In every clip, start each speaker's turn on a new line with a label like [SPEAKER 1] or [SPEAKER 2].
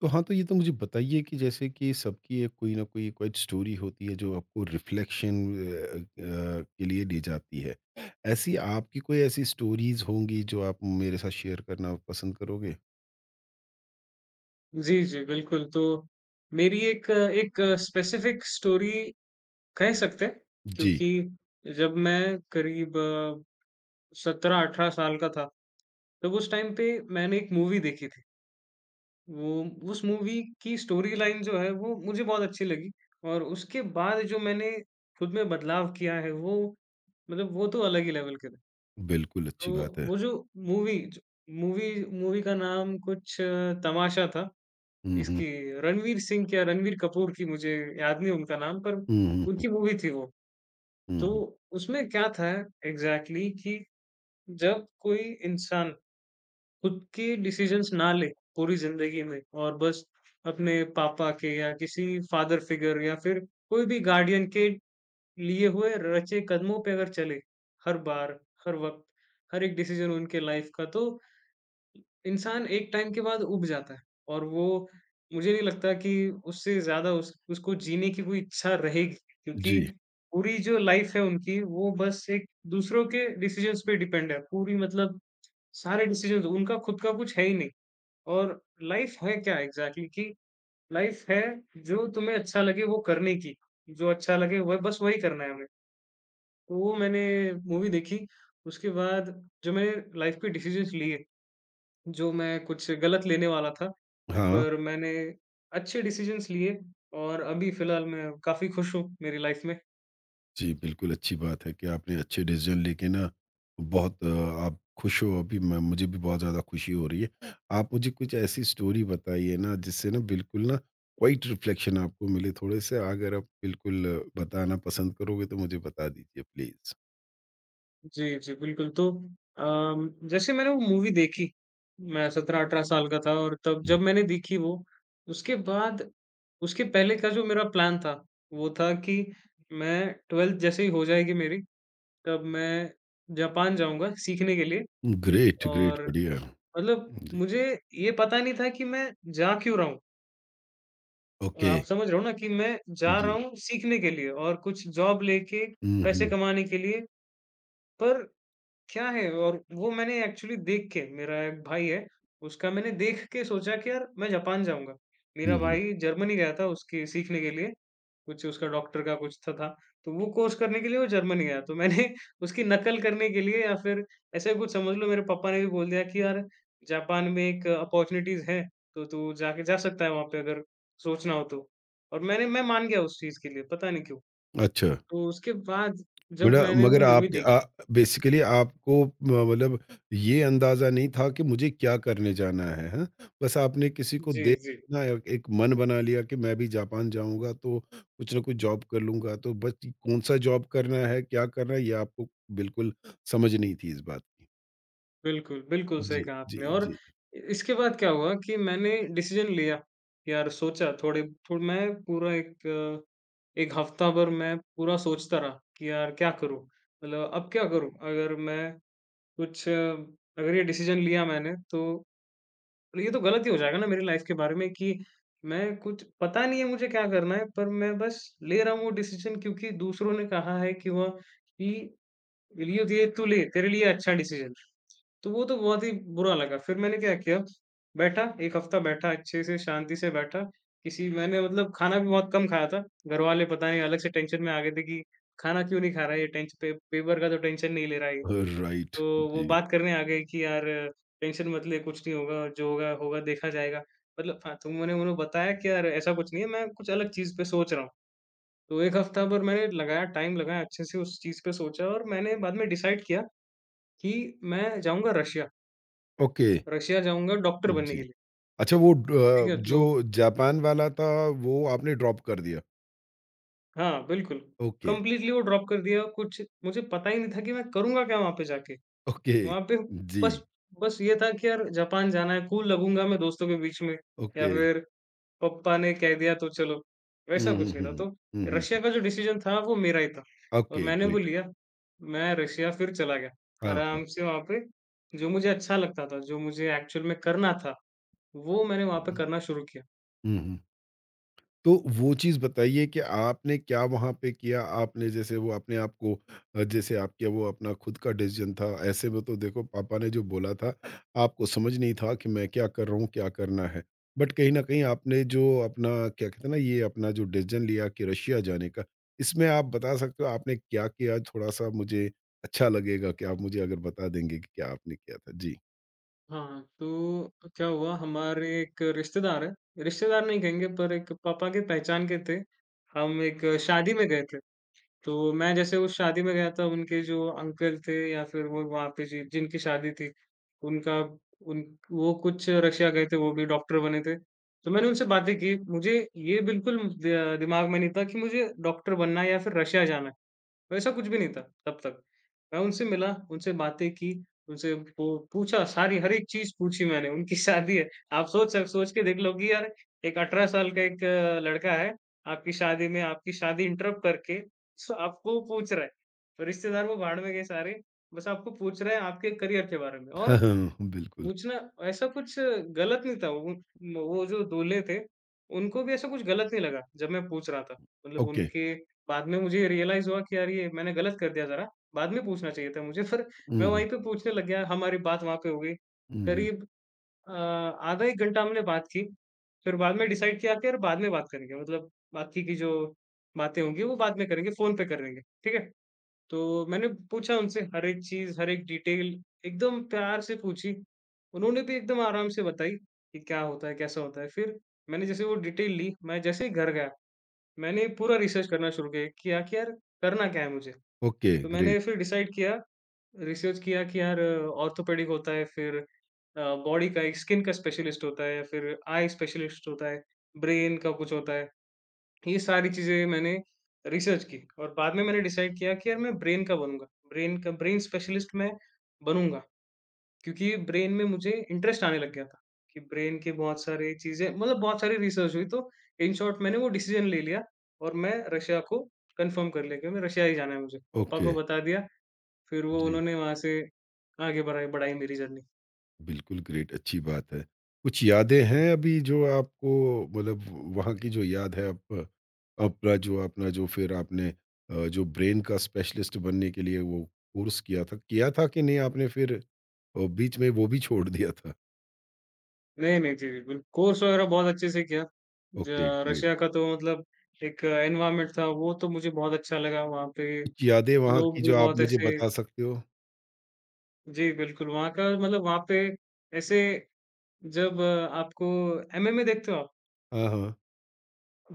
[SPEAKER 1] तो हाँ, तो ये तो मुझे बताइए कि जैसे कि सबकी एक कोई ना कोई क्वाइट स्टोरी होती है जो आपको रिफ्लेक्शन के लिए ले जाती है। ऐसी आपकी कोई ऐसी स्टोरीज़ होंगी जो आप मेरे साथ शेयर करना पसंद करोगे?
[SPEAKER 2] जी, जी, बिल्कुल। तो मेरी एक एक स्पेसिफिक स्टोरी कह सकते हैं,
[SPEAKER 1] जी,
[SPEAKER 2] क्योंकि जब मैं करीब 17-18 साल का था, तब उस टाइम पे मैंने एक मूवी देखी थी। वो उस मूवी की स्टोरी लाइन जो है, वो मुझे बहुत अच्छी लगी और उसके बाद जो मैंने खुद में बदलाव किया है, वो मतलब वो तो अलग ही लेवल के थे।
[SPEAKER 1] बिल्कुल अच्छी
[SPEAKER 2] तो
[SPEAKER 1] बात है।
[SPEAKER 2] वो जो मूवी ज मूवी मूवी का नाम कुछ तमाशा था।
[SPEAKER 1] हुँ, हुँ।
[SPEAKER 2] इसकी रणवीर सिंह क्या रणवीर कपूर की मुझे याद नहीं उनका नाम पर
[SPEAKER 1] हुँ, हुँ।
[SPEAKER 2] उनकी मूवी थी वो।
[SPEAKER 1] हुँ,
[SPEAKER 2] तो
[SPEAKER 1] हुँ।
[SPEAKER 2] उसमें क्या था एग्ज़ैक्टली कि जब कोई इंसान खुद के डिसीज़न्स ना ले पूरी ज़िंदगी में और बस अपने पापा के या किसी फ़ादर फ़िगर या फिर कोई भी गार्डियन के लिए हुए रचे कदमों पे अगर चले, हर बार, हर वक़्त, हर एक डिसीज़न उनके लाइफ़ का, तो इंसान एक टाइम के बाद ऊब जाता है और वो मुझे नहीं लगता कि उससे ज़्यादा उस उसको जीने की कोई इच्छा रहेगी, क्योंकि
[SPEAKER 1] जी,
[SPEAKER 2] पूरी जो लाइफ़ है उनकी वो बस एक दूसरों के डिसीज़न्स पे डिपेंड है। पूरी मतलब सारे डिसीज़न्स उनका खुद का कुछ है ही नहीं और लाइफ़ है क्या एग्ज़ैक्टली कि लाइफ़ है जो तुम्हें अच्छा लगे वो करने की, जो अच्छा लगे वह बस वही करना है हमें। तो वो मैंने मूवी देखी, उसके बाद जो मैंने लाइफ़ के डिसीज़न्स लिए, जो मैं कुछ गलत लेने वाला था
[SPEAKER 1] हाँ।
[SPEAKER 2] पर मैंने अच्छे डिसीज़न्स लिए और अभी फ़िलहाल मैं काफ़ी खुश हूँ मेरी लाइफ़ में।
[SPEAKER 1] जी, बिल्कुल अच्छी बात है कि आपने अच्छे डिसीज़न लेके ना बहुत आप खुश हो अभी मैं मुझे भी बहुत ज़्यादा खुशी हो रही है। आप मुझे कुछ ऐसी स्टोरी बताइए ना जिससे ना बिल्कुल ना क्वाइट रिफ्लेक्शन आपको मिले थोड़े-से अगर आप बिल्कुल बताना पसंद करोगे तो मुझे बता दीजिए प्लीज़?
[SPEAKER 2] जी, जी, बिल्कुल। तो जैसे मैंने वो मूवी देखी, मैं 17-18 साल का था और तब
[SPEAKER 1] हुँ,
[SPEAKER 2] जब मैंने देखी वो, उसके बाद उसके पहले का जो मेरा प्लान था, वो था कि मैं 12th जैसे ही हो जाएगी मेरी, तब मैं जापान जाऊँगा सीखने के लिए।
[SPEAKER 1] ग्रेट, ग्रेट
[SPEAKER 2] और
[SPEAKER 1] बढ़िया।
[SPEAKER 2] मतलब
[SPEAKER 1] जी,
[SPEAKER 2] मुझे ये पता नहीं था कि मैं जा क्यों रहा हूँ?
[SPEAKER 1] ओके,
[SPEAKER 2] आप समझ रहे हो ना कि मैं जा रहा
[SPEAKER 1] जी।
[SPEAKER 2] हूँ सीखने के लिए और कुछ जॉब लेके
[SPEAKER 1] हुँ,
[SPEAKER 2] पैसे
[SPEAKER 1] हुँ,
[SPEAKER 2] कमाने के लिए। पर क्या है और वो मैंने एक्चुअली देख के, मेरा एक भाई है, उसका मैंने देख के सोचा कि यार मैं जापान जाऊँगा। मेरा
[SPEAKER 1] हुँ, हुँ।
[SPEAKER 2] भाई जर्मनी गया था उसके सीखने के लिए, कुछ उसका डॉक्टर का कुछ था, तो वो कोर्स करने के लिए वो जर्मनी गया। तो मैंने उसकी नकल करने के लिए या फिर ऐसे कुछ समझ लो, मेरे पापा ने भी बोल दिया कि यार जापान में एक अपॉर्च्युनिटीज़ है, तो तू जाके जा सकता है वहाँ पे अगर सोचना हो तो। और मैंने मैं मान गया उस चीज़ के लिए, पता नहीं क्यों।
[SPEAKER 1] अच्छा।
[SPEAKER 2] तो उसके बाद जब
[SPEAKER 1] मतलब
[SPEAKER 2] मैंने
[SPEAKER 1] मगर
[SPEAKER 2] वो मूवी
[SPEAKER 1] आप
[SPEAKER 2] देखी,
[SPEAKER 1] बेसिकली आपको म मतलब ये अंदाज़ा नहीं था कि मुझे क्या करने जाना है, हाँ? बस आपने किसी को
[SPEAKER 2] जी,
[SPEAKER 1] देख
[SPEAKER 2] जी।
[SPEAKER 1] ना एक एक मन बना लिया कि मैं भी जापान जाऊँगा तो कुछ ना कुछ जॉब कर लूँगा, तो बस कौन-सा जॉब करना है, क्या करना है, ये आपको बिल्कुल समझ नहीं थी इस बात की।
[SPEAKER 2] बिल्कुल, बिल्कुल सही
[SPEAKER 1] जी,
[SPEAKER 2] कहा
[SPEAKER 1] जी,
[SPEAKER 2] आपने और
[SPEAKER 1] जी।
[SPEAKER 2] इ इसके बाद क्या हुआ कि मैंने डिसीज़न लिया। यार सोचा, थोड़े थोड़ मैं पूरा एक एक हफ्ता भर मैं पूरा सोचता रहा कि यार क्या करूँ? मतलब अब क्या करूँ? अगर मैं कुछ अगर ये डिसीज़न लिया मैंने तो ये तो गलत ही हो जाएगा ना मेरी लाइफ़ के बारे में कि मैं कुछ पता नहीं है मुझे क्या करना है, पर मैं बस ले रहा हूँ वो डिसीज़न क्योंकि दूसरों ने कहा है कि वह कि लिए ये तू ले, तेरे लिए अच्छा डिसीज़न। तो वो तो बहुत ही बुरा लगा। फिर मैंने क्या किया, बैठा 1 हफ्ता, बैठा अच्छे से शांति से बैठा, किसी मैंने मतलब खाना भी बहुत कम खाया था। घरवाले पता नहीं अलग से टेंशन में आ गए थे कि खाना क्यों नहीं खा रहा है ये, टेंशन पे पेपर का तो टेंशन नहीं ले रहा है ये।
[SPEAKER 1] राइट,
[SPEAKER 2] तो वो
[SPEAKER 1] जी।
[SPEAKER 2] बात करने आ गए कि यार टेंशन मत ले, कुछ नहीं होगा, जो होगा होगा देखा जाएगा। मतलब हाँ, तो मैंने उन्हें बताया कि यार ऐसा कुछ नहीं है, मैं कुछ अलग चीज़ पे सोच रहा हूँ। तो 1 हफ्ता पर मैंने लगाया टाइम लगाया अच्छे से उस चीज़ पे सोचा और मैंने बाद में डिसाइड किया कि मैं जाऊँगा रशिया।
[SPEAKER 1] ओके,
[SPEAKER 2] रशिया जाऊँगा डॉक्टर बनने
[SPEAKER 1] जी।
[SPEAKER 2] के लिए,
[SPEAKER 1] अच्छा वो ड
[SPEAKER 2] ठीक है? तो
[SPEAKER 1] जो जापान वाला था, वो आपने ड्रॉप कर दिया?
[SPEAKER 2] हाँ, बिल्कुल,
[SPEAKER 1] ओके,
[SPEAKER 2] कंप्लीटली वो ड्रॉप कर दिया, कुछ मुझे पता ही नहीं था कि मैं करूँगा क्या वहाँ पे जाके?
[SPEAKER 1] ओके।
[SPEAKER 2] वहाँ पे
[SPEAKER 1] जी,
[SPEAKER 2] बस बस ये था कि यार जापान जाना है, कूल लगूँगा मैं दोस्तों के बीच में या
[SPEAKER 1] ओके।
[SPEAKER 2] फिर पापा ने कह दिया तो चलो, वैसा
[SPEAKER 1] हुँ, हुँ,
[SPEAKER 2] कुछ नहीं
[SPEAKER 1] हुँ,
[SPEAKER 2] था।
[SPEAKER 1] हुँ।
[SPEAKER 2] तो
[SPEAKER 1] हुँ, हुँ,
[SPEAKER 2] रशिया
[SPEAKER 1] हुँ।
[SPEAKER 2] का जो डिसीज़न था वो मेरा ही था और
[SPEAKER 1] ओके
[SPEAKER 2] मैंने वो
[SPEAKER 1] ग्रेट।
[SPEAKER 2] लिया, मैं रशिया फिर चला गया।
[SPEAKER 1] हाँ, हाँ।
[SPEAKER 2] आराम से वहाँ पे जो मुझे अच्छा लगता था, जो मुझे एक्चुअल में करना था, वो मैंने वहाँ पे करना शुरू किया।
[SPEAKER 1] हुँ, हुँ। तो वो चीज़ बताइए कि आपने क्या वहाँ पे किया? आपने जैसे वो अपने आप को जैसे आपके वो अपना खुद का डिसीज़न था, ऐसे में तो देखो पापा ने जो बोला था, आपको समझ नहीं था कि मैं क्या कर रहा हूँ, क्या करना है। बट कहीं न कहीं आपने जो अपना क्या कहते हैं ना, ये अपना जो डिसीज़न लिया कि रशिया जाने का, इसमें आप बता सकते हो आपने क्या किया? थोड़ा-सा मुझे अच्छा लगेगा कि आप मुझे अगर बता देंगे कि क्या आपने किया था? जी।
[SPEAKER 2] हाँ, तो क्या हुआ, हमारे एक रिश्तेदार हैं, रिश्तेदार नहीं कहेंगे पर एक पापा के पहचान के थे। हम एक शादी में गए थे, तो मैं जैसे उस शादी में गया था, उनके जो अंकल थे या फिर वो वहाँ पे जि जिनकी शादी थी, उनका उन वो कुछ रशिया गए थे, वो भी डॉक्टर बने थे। तो मैंने उनसे बातें की, मुझे ये बिल्कुल द दिमाग में नहीं था कि मुझे डॉक्टर बनना है या फिर रशिया जाना है। वैसा कुछ भी नहीं था तब तक। मैं उनसे मिला, उनसे बातें की, उनसे पू पूछा, सारी हर एक चीज़ पूछी मैंने, उनकी शादी है। आप सोच के देख लो कि यार एक 18 साल का एक लड़का है, आपकी शादी में आपकी शादी इंटरप्ट करके स आपको पूछ रहा है। तो रिश्तेदार वो भाड़ में गए सारे, बस आपको पूछ रहे हैं आपके करियर के बारे में और
[SPEAKER 1] हाँ, बिल्कुल।
[SPEAKER 2] कुछ ना ऐसा कुछ गलत नहीं था, वो जो दूल्हे थे, उनको भी ऐसा कुछ गलत नहीं लगा, जब मैं पूछ रहा था। मतलब
[SPEAKER 1] ओके।
[SPEAKER 2] उनके बाद में मुझे रियलाइज़ हुआ कि यार ये मैंने गलत कर दिया ज़रा, बाद में पूछना चाहिए था मुझे, पर मैं
[SPEAKER 1] हुँ, हुँ।
[SPEAKER 2] वहीं पे पूछने लग गया, हमारी बात वहाँ पे हो गई।
[SPEAKER 1] हुँ, हुँ।
[SPEAKER 2] करीब आधा 1 घंटा हमने बात की, फिर बाद में डिसाइड किया कि यार बाद में बात करेंगे, मतलब बाकी की जो बातें होंगी वो बाद में करेंगे, फ़ोन पे करेंगे, ठीक है? तो मैंने पूछा उनसे हर एक चीज़, हर एक डिटेल एकदम प्यार से पूछी। उन्होंने भी एकदम आराम से बताई कि क्या होता है, कैसा होता है। फिर मैंने जैसे वो डिटेल ली, मैं जैसे ही घर गया, मैंने पूरा रिसर्च करना शुरू किया किया कि यार करना क्या है मुझे?
[SPEAKER 1] ओके,
[SPEAKER 2] तो मैंने
[SPEAKER 1] ग्रेट।
[SPEAKER 2] फिर डिसाइड किया, रिसर्च किया कि यार ऑर्थोपेडिक होता है, फिर बॉडी का, स्किन का स्पेशलिस्ट होता है या फिर आई स्पेशलिस्ट होता है, ब्रेन का कुछ होता है। ये सारी चीज़ें मैंने रिसर्च की और बाद में मैंने डिसाइड किया कि यार मैं ब्रेन का बनूँगा, ब्रेन का ब्रेन स्पेशलिस्ट मैं बनूँगा, क्योंकि ब्रेन में मुझे इंटरेस्ट आने लग गया था कि ब्रेन के बहुत सारी चीज़ें मतलब बहुत सारी रिसर्च हुई, तो इन शॉर्ट मैंने वो डिसीज़न ले लिया और मैं रशिया को कन्फर्म कर लिया कि मैं रशिया ही जाना है मुझे। पापा
[SPEAKER 1] ओके।
[SPEAKER 2] को बता दिया, फिर वो
[SPEAKER 1] जी,
[SPEAKER 2] उन्होंने वहाँ से आगे बढ़ाई बढ़ाई मेरी जर्नी।
[SPEAKER 1] बिल्कुल ग्रेट, अच्छी बात है। कुछ यादें हैं अभी जो आपको मतलब वहाँ की जो याद है आप अपना जो फिर आपने जो ब्रेन का स्पेशलिस्ट बनने के लिए वो कोर्स किया था कि नहीं आपने फिर बीच में वो भी छोड़ दिया था?
[SPEAKER 2] नहीं, नहीं, जी, बिल्कुल। कोर्स वगैरह बहुत अच्छे से किया। ज
[SPEAKER 1] ओके,
[SPEAKER 2] रशिया
[SPEAKER 1] ग्रेट।
[SPEAKER 2] का तो मतलब एक एनवायरनमेंट था, वो तो मुझे बहुत अच्छा लगा। वहाँ पे
[SPEAKER 1] कुछ यादें वहाँ की
[SPEAKER 2] लोग भी
[SPEAKER 1] जो आप
[SPEAKER 2] बहुत
[SPEAKER 1] मुझे
[SPEAKER 2] ऐसे,
[SPEAKER 1] बता सकते हो?
[SPEAKER 2] जी, बिल्कुल, वहाँ का मतलब वहाँ पे ऐसे, जब आपको एमएमए देखते हो आप?
[SPEAKER 1] हाँ, हाँ।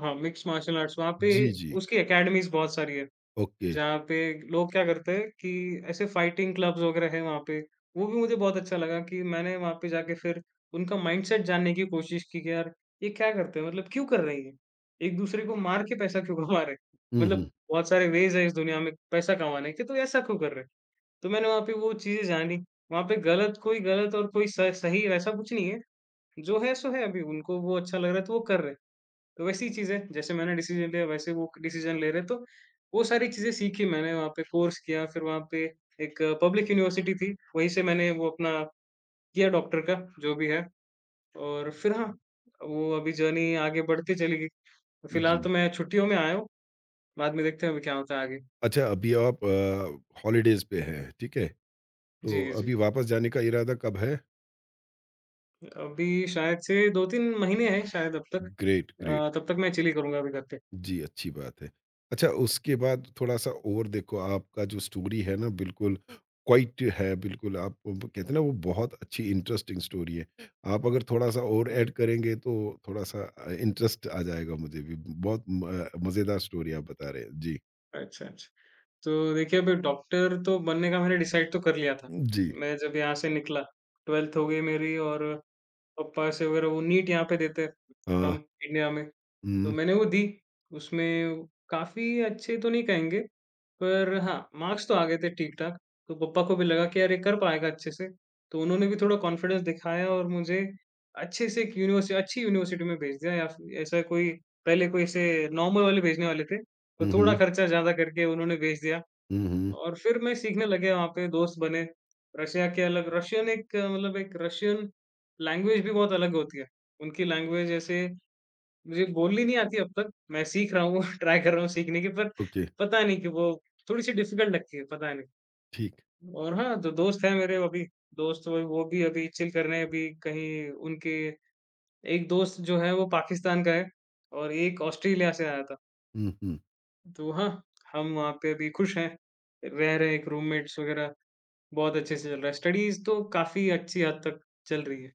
[SPEAKER 2] हाँ, मिक्स्ड मार्शल आर्ट्स, वहाँ पे
[SPEAKER 1] जी, जी।
[SPEAKER 2] उसकी अकेडमीज़ बहुत सारी है।
[SPEAKER 1] ओके।
[SPEAKER 2] जहाँ पे लोग क्या करते हैं कि ऐसे फाइटिंग क्लब्स वगैरह हैं वहाँ पे, वो भी मुझे बहुत अच्छा लगा कि मैंने वहाँ पे जाके फिर उनका माइंडसेट जानने की कोशिश की कि यार ये क्या करते हैं? मतलब क्यों कर रहे हैं ये? एक-दूसरे को मार के पैसा क्यों कमा रहे हैं?
[SPEAKER 1] हुँ,
[SPEAKER 2] मतलब
[SPEAKER 1] हुँ।
[SPEAKER 2] बहुत सारे वेज़ हैं इस दुनिया में पैसा कमाने के, तो ऐसा क्यों कर रहे हैं? तो मैंने वहाँ पे वो चीज़ें जानी। वहाँ पे गलत कोई गलत और कोई स सही वैसा कुछ नहीं है, जो है सो है अभी उनको वो अच्छा लग रहा है तो वो कर रहे हैं। तो वैसी चीज़ें जैसे मैंने डिसीज़न लिया वैसे वो डिसीज़न ले रहे हैं, तो वो सारी चीज़ें सीखी मैंने वहाँ पे कोर्स किया फिर वहाँ पे एक पब्लिक यूनिवर्सिटी थी, वहीं से मैंने वो अपना किया डॉक्टर का जो भी है और फिर हाँ, वो अभी जर्नी आगे बढ़ती चली गई। फिलहाल
[SPEAKER 1] जी।
[SPEAKER 2] तो मैं छुट्टियों में आया हूँ, बाद में देखते हैं अभी क्या होता है आगे।
[SPEAKER 1] अच्छा अभी आप हॉलिडेज़ पे हैं, ठीक है? तो
[SPEAKER 2] जी, जी।
[SPEAKER 1] अभी वापस जाने का इरादा कब है?
[SPEAKER 2] अभी शायद से 2-3 महीने हैं शायद अब तक।
[SPEAKER 1] Great, great.
[SPEAKER 2] तब तक मैं चिल ही करूँगा अभी घर पे।
[SPEAKER 1] जी, अच्छी बात है। अच्छा उसके बाद थोड़ा-सा और देखो आपका जो स्टोरी है ना बिल्कुल क्वाइट है, बिल्कुल आप ब कहते हैं ना वो बहुत अच्छी इंटरेस्टिंग स्टोरी है। आप अगर थोड़ा-सा और
[SPEAKER 2] जी।
[SPEAKER 1] ऐड करेंगे तो थोड़ा-सा इंटरेस्ट आ जाएगा मुझे भी। बहुत म मज़ेदार स्टोरी आप बता रहे हैं। जी।
[SPEAKER 2] अच्छा, अच्छा। तो देखिए, अभी डॉक्टर तो बनने का मैंने डिसाइड तो कर लिया था।
[SPEAKER 1] जी।
[SPEAKER 2] मैं जब यहाँ से निकला, 12th हो गई मेरी और पप्पा से वगैरह वो नीट यहाँ पे देते हैं,
[SPEAKER 1] अ,
[SPEAKER 2] हम इंडिया में, तो
[SPEAKER 1] हुँ।
[SPEAKER 2] मैंने वो दी। उसमें काफ़ी अच्छे तो नहीं कहेंगे, पर हाँ, मार्क्स तो आ गए थे ठीक-ठाक। तो पप्पा को भी लगा कि यार ये कर पाएगा अच्छे से, तो उन्होंने भी थोड़ा कॉन्फिडेंस दिखाया और मुझे अच्छे से एक यूनिवर्सि अच्छी यूनिवर्सिटी में भेज दिया या फिर ऐसा कोई पहले कोई ऐसे नॉर्मल वाले भेजने वाले थे, तो
[SPEAKER 1] हुँ,
[SPEAKER 2] थोड़ा
[SPEAKER 1] हुँ।
[SPEAKER 2] खर्चा ज़्यादा करके उन्होंने भेज दिया।
[SPEAKER 1] हुँ, हुँ।
[SPEAKER 2] और फिर मैं सीखने लगे वहाँ पे दोस्त बने। रशिया के अलग रशियन एक अ, मतलब एक रशियन लैंग्वेज भी बहुत अलग होती है। उनकी लैंग्वेज ऐसे मुझे बोलनी नहीं आती अब तक। मैं सीख रहा हूँ ट्राई कर रहा हूँ सीखने की, पर
[SPEAKER 1] ओके,
[SPEAKER 2] पता नहीं कि वो थोड़ी-सी डिफिकल्ट लगती है, पता नहीं।
[SPEAKER 1] ठीक।
[SPEAKER 2] और हाँ, जो दोस्त हैं मेरे अभी दोस्त वो भी अभी चिल कर रहे हैं अभी कहीं उनके। एक दोस्त जो है वो पाकिस्तान का है और एक ऑस्ट्रेलिया से आया था।
[SPEAKER 1] हुँ, हुँ।
[SPEAKER 2] तो हाँ, हम वहाँ पे अभी खुश हैं, रह रहे हैं एक रूममेट्स वग़ैरह। बहुत अच्छे से चल रहा है, स्टडीज़ तो काफ़ी अच्छी हद तक चल रही है।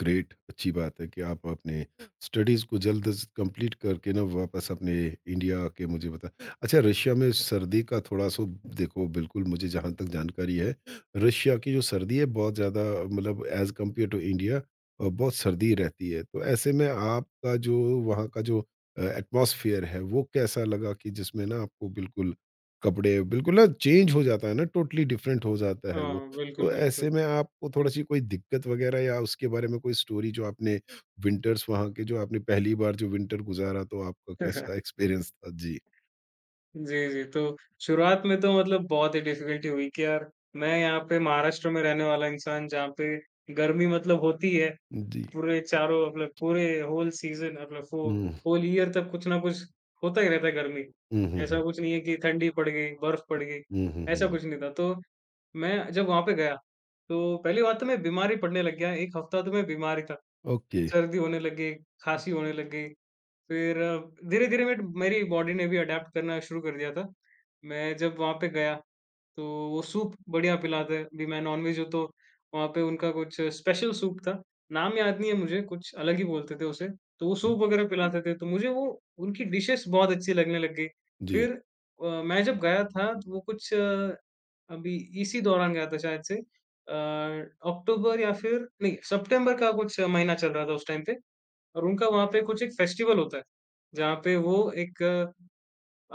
[SPEAKER 1] ग्रेट अच्छी बात है कि आप अपने स्टडीज़ को जल्द से कंप्लीट करके ना वापस अपने इंडिया के मुझे बता अच्छा रशिया में सर्दी का थोड़ा सा देखो बिल्कुल मुझे जहाँ तक जानकारी है रशिया की जो सर्दी है बहुत ज़्यादा मतलब एज़ कम्पेयर टू इंडिया बहुत सर्दी रहती है तो ऐसे में आपका जो वहाँ का जो एटमॉस्फेयर है वो कैसा लगा कि जिसमें ना आपको बिल्कुल कपड़े बिल्कुल ना चेंज हो जाता है ना टोटली डिफरेंट हो जाता है वो
[SPEAKER 2] हाँ,
[SPEAKER 1] तो
[SPEAKER 2] बिल्कुल, बिल्कुल।
[SPEAKER 1] ऐसे में आपको
[SPEAKER 2] ठीक।
[SPEAKER 1] थोड़ी-सी कोई दिक्कत वग़ैरह या उसके बारे में कोई स्टोरी जो आपने विंटर्स वहाँ के जो आपने पहली बार जो विंटर गुज़ारा तो आपका कैसा एक्सपीरियंस था? जी।
[SPEAKER 2] जी, जी, तो शुरुआत में तो मतलब बहुत ही डिफ़िकल्टी हुई कि यार मैं यहाँ पे महाराष्ट्र में रहने वाला इंसान जहाँ पे गर्मी मतलब होती है,
[SPEAKER 1] जी।
[SPEAKER 2] पूरे चारों मतलब पूरे होल सीज़न मतलब वो
[SPEAKER 1] हुँ।
[SPEAKER 2] होल ईयर तक कुछ ना कुछ होता ही रहता है गर्मी।
[SPEAKER 1] हुँ, हुँ,
[SPEAKER 2] ऐसा
[SPEAKER 1] हुँ।
[SPEAKER 2] कुछ नहीं है कि ठंडी पड़ गई, बर्फ़ पड़ गई,
[SPEAKER 1] हुँ, हुँ,
[SPEAKER 2] ऐसा
[SPEAKER 1] हुँ।
[SPEAKER 2] कुछ नहीं था। तो मैं जब वहाँ पे गया, तो पहली बात तो मैं बीमार ही पड़ने लग गया, 1 हफ़्ता तो मैं बीमार ही था।
[SPEAKER 1] ओके।
[SPEAKER 2] सर्दी होने लग गई, खाँसी होने लग गई। फिर धीरे-धीरे मेट मेरी बॉडी ने भी अडैप्ट करना शुरू कर दिया था। मैं जब वहाँ पे गया तो वो सूप बढ़िया पिलाते हैं, अभी मैं नॉन-वेज हूँ तो वहाँ पे उनका कुछ स्पेशल सूप था। नाम याद नहीं है मुझे, कुछ अलग ही बोलते थे उसे। तो वो सूप वगैरह पिलाते थे, तो मुझे वो उनकी डिशेज़ बहुत अच्छी लगने लग गई।
[SPEAKER 1] जी,
[SPEAKER 2] फिर मैं जब गया था तो वो अभी इसी दौरान गया था शायद से अक्टूबर या फिर नहीं, सितंबर का कुछ महीना चल रहा था उस टाइम पे। और उनका वहाँ पे कुछ एक फेस्टिवल होता है, जहाँ पे वो एक अ,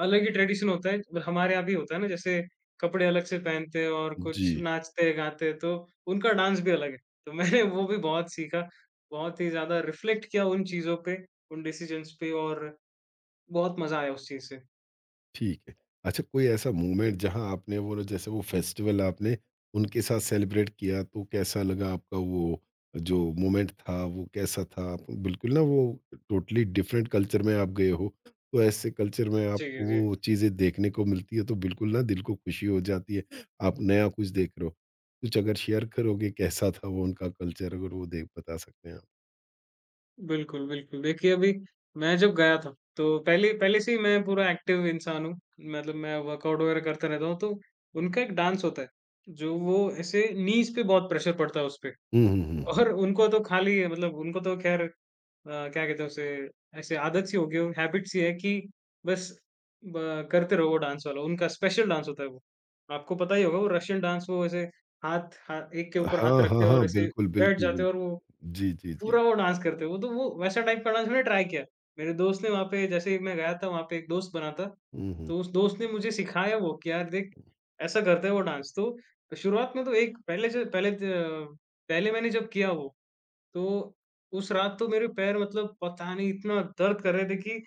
[SPEAKER 2] अलग ही ट्रेडिशन होता है। मतलब हमारे यहाँ भी होता है ना, जैसे कपड़े अलग से पहनते हैं और
[SPEAKER 1] जी।
[SPEAKER 2] कुछ नाचते-गाते हैं, तो उनका डांस भी अलग है। तो मैंने वो भी बहुत सीखा, बहुत ही ज़्यादा रिफ्लेक्ट किया उन चीज़ों पे, उन डिसीजंस पे और बहुत मज़ा आया उस चीज़ से।
[SPEAKER 1] ठीक है। अच्छा कोई ऐसा मोमेंट जहाँ आपने वो ना जैसे वो फेस्टिवल आपने उनके साथ सेलिब्रेट किया तो कैसा लगा आपका वो जो मोमेंट था वो कैसा था? आप बिल्कुल ना वो टोटली डिफरेंट कल्चर में आप गए हो, तो ऐसे कल्चर में
[SPEAKER 2] जी,
[SPEAKER 1] आपको
[SPEAKER 2] जी।
[SPEAKER 1] वो चीज़ें देखने को मिलती है तो बिल्कुल ना दिल को खुशी हो जाती है, आप नया कुछ देख रहे हो। कुछ अगर शेयर करोगे कैसा था वो उनका कल्चर अगर वो देख बता सकते हैं आप?
[SPEAKER 2] बिल्कुल, बिल्कुल। देखिए अभी मैं जब गया था, तो पहले पहले से ही मैं पूरा एक्टिव इंसान हूँ, मतलब मैं वर्कआउट वगैरह करता रहता हूँ, तो उनका एक डांस होता है, जो वो ऐसे नीज़ पे बहुत प्रेशर पड़ता है उसपे।
[SPEAKER 1] हुँ, हुँ, हुँ, हुँ।
[SPEAKER 2] और उनको तो खाली मतलब उनको तो ख़ैर, क्या कहते हैं उसे, ऐसे आदत सी हो गई हो, हैबिट सी है कि बस ब करते रहो वो डांस वाला, उनका स्पेशल डांस होता है वो। आपको पता ही होगा वो रशियन डांस, वो ऐसे हाथ हा एक के ऊपर हाथ
[SPEAKER 1] हाँ,
[SPEAKER 2] रखते
[SPEAKER 1] हाँ,
[SPEAKER 2] हो और
[SPEAKER 1] हाँ।
[SPEAKER 2] ऐसे
[SPEAKER 1] बिल्कुल,
[SPEAKER 2] बैठ
[SPEAKER 1] बिल्कुल,
[SPEAKER 2] जाते
[SPEAKER 1] बिल्कुल।
[SPEAKER 2] हो और वो
[SPEAKER 1] जी, जी, जी।
[SPEAKER 2] पूरा वो डांस करते हैं, वो तो वो वैसा टाइप का डांस मैंने ट्राई किया। मेरे दोस्त ने वहाँ पे जैसे ही मैं गया था वहाँ पे एक दोस्त बना था,
[SPEAKER 1] हुँ, हुँ।
[SPEAKER 2] तो उस दोस्त ने मुझे सिखाया वो कि यार देख ऐसा करते हैं वो डांस। तो शुरुआत में तो एक पहले से पहले त पहले मैंने जब किया वो, तो उस रात तो मेरे पैर मतलब पता नहीं इतना दर्द कर रहे थे कि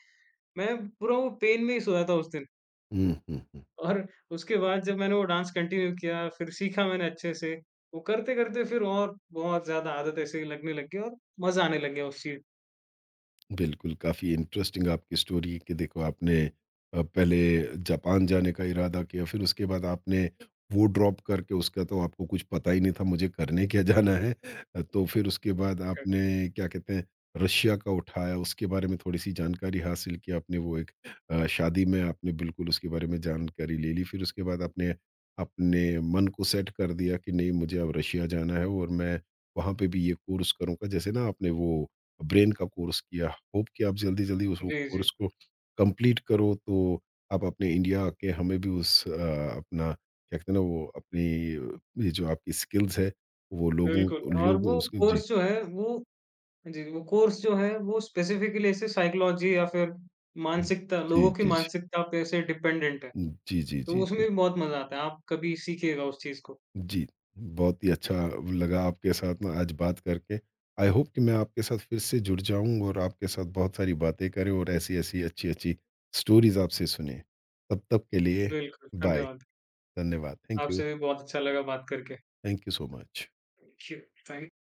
[SPEAKER 2] मैं पूरा वो पेन में ही सोया था उस दिन।
[SPEAKER 1] हुँ, हुँ।
[SPEAKER 2] और उसके बाद जब मैंने वो डांस कंटिन्यू किया, फिर सीखा मैंने अच्छे से, वो करते-करते फिर और बहुत ज़्यादा आदत ऐसे लगने लग गई और मज़ा आने लग गया उस चीज़।
[SPEAKER 1] बिल्कुल, काफ़ी इंटरेस्टिंग आपकी स्टोरी है कि देखो आपने पहले जापान जाने का इरादा किया, फिर उसके बाद आपने वो ड्रॉप करके उसका तो आपको कुछ पता ही नहीं था मुझे करने क्या जाना है। तो फिर उसके बाद आपने क्या कहते हैं रशिया का उठाया, उसके बारे में थोड़ी-सी जानकारी हासिल की आपने वो एक शादी में आपने बिल्कुल उसके बारे में जानकारी ले ली। फिर उसके बाद आपने अपने मन को सेट कर दिया कि नहीं मुझे अब रशिया जाना है और मैं वहाँ पे भी ये कोर्स करूँगा। जैसे ना आपने वो ब्रेन का कोर्स किया। होप कि आप जल्दी-जल्दी उस वो
[SPEAKER 2] जी, जी।
[SPEAKER 1] कोर्स को कंप्लीट करो, तो आप अपने इंडिया आके हमें भी उस अपना क्या कहते हैं ना वो अपनी ये जो आपकी स्किल्स है, वो लोगों
[SPEAKER 2] बिल्कुल और वो
[SPEAKER 1] लोगों उसको जी।
[SPEAKER 2] कोर्स जो है वो, जी, वो कोर्स जो है वो स्पेसिफिकली ऐसे साइकोलॉजी या फिर मानसिकता
[SPEAKER 1] जी,
[SPEAKER 2] लोगों की
[SPEAKER 1] जी, जी।
[SPEAKER 2] मानसिकता पे ऐसे डिपेंडेंट है।
[SPEAKER 1] जी, जी,
[SPEAKER 2] तो
[SPEAKER 1] जी,
[SPEAKER 2] उसमें
[SPEAKER 1] जी।
[SPEAKER 2] भी बहुत मज़ा आता है। आप कभी सीखिएगा उस चीज़ को।
[SPEAKER 1] जी, बहुत ही अच्छा लगा आपके साथ ना आज बात करके। आई होप कि मैं आपके साथ फिर से जुड़ जाऊँ और आपके साथ बहुत सारी बातें करें और ऐसी-ऐसी अच्छी-अच्छी स्टोरीज़ आपसे सुनें। तब तक के लिए
[SPEAKER 2] बिल्कुल,
[SPEAKER 1] बाय।
[SPEAKER 2] धन्यवाद।
[SPEAKER 1] धन्यवाद। Thank you.
[SPEAKER 2] आपसे भी बहुत अच्छा लगा बात करके।
[SPEAKER 1] Thank you so much।
[SPEAKER 2] Thank you, thank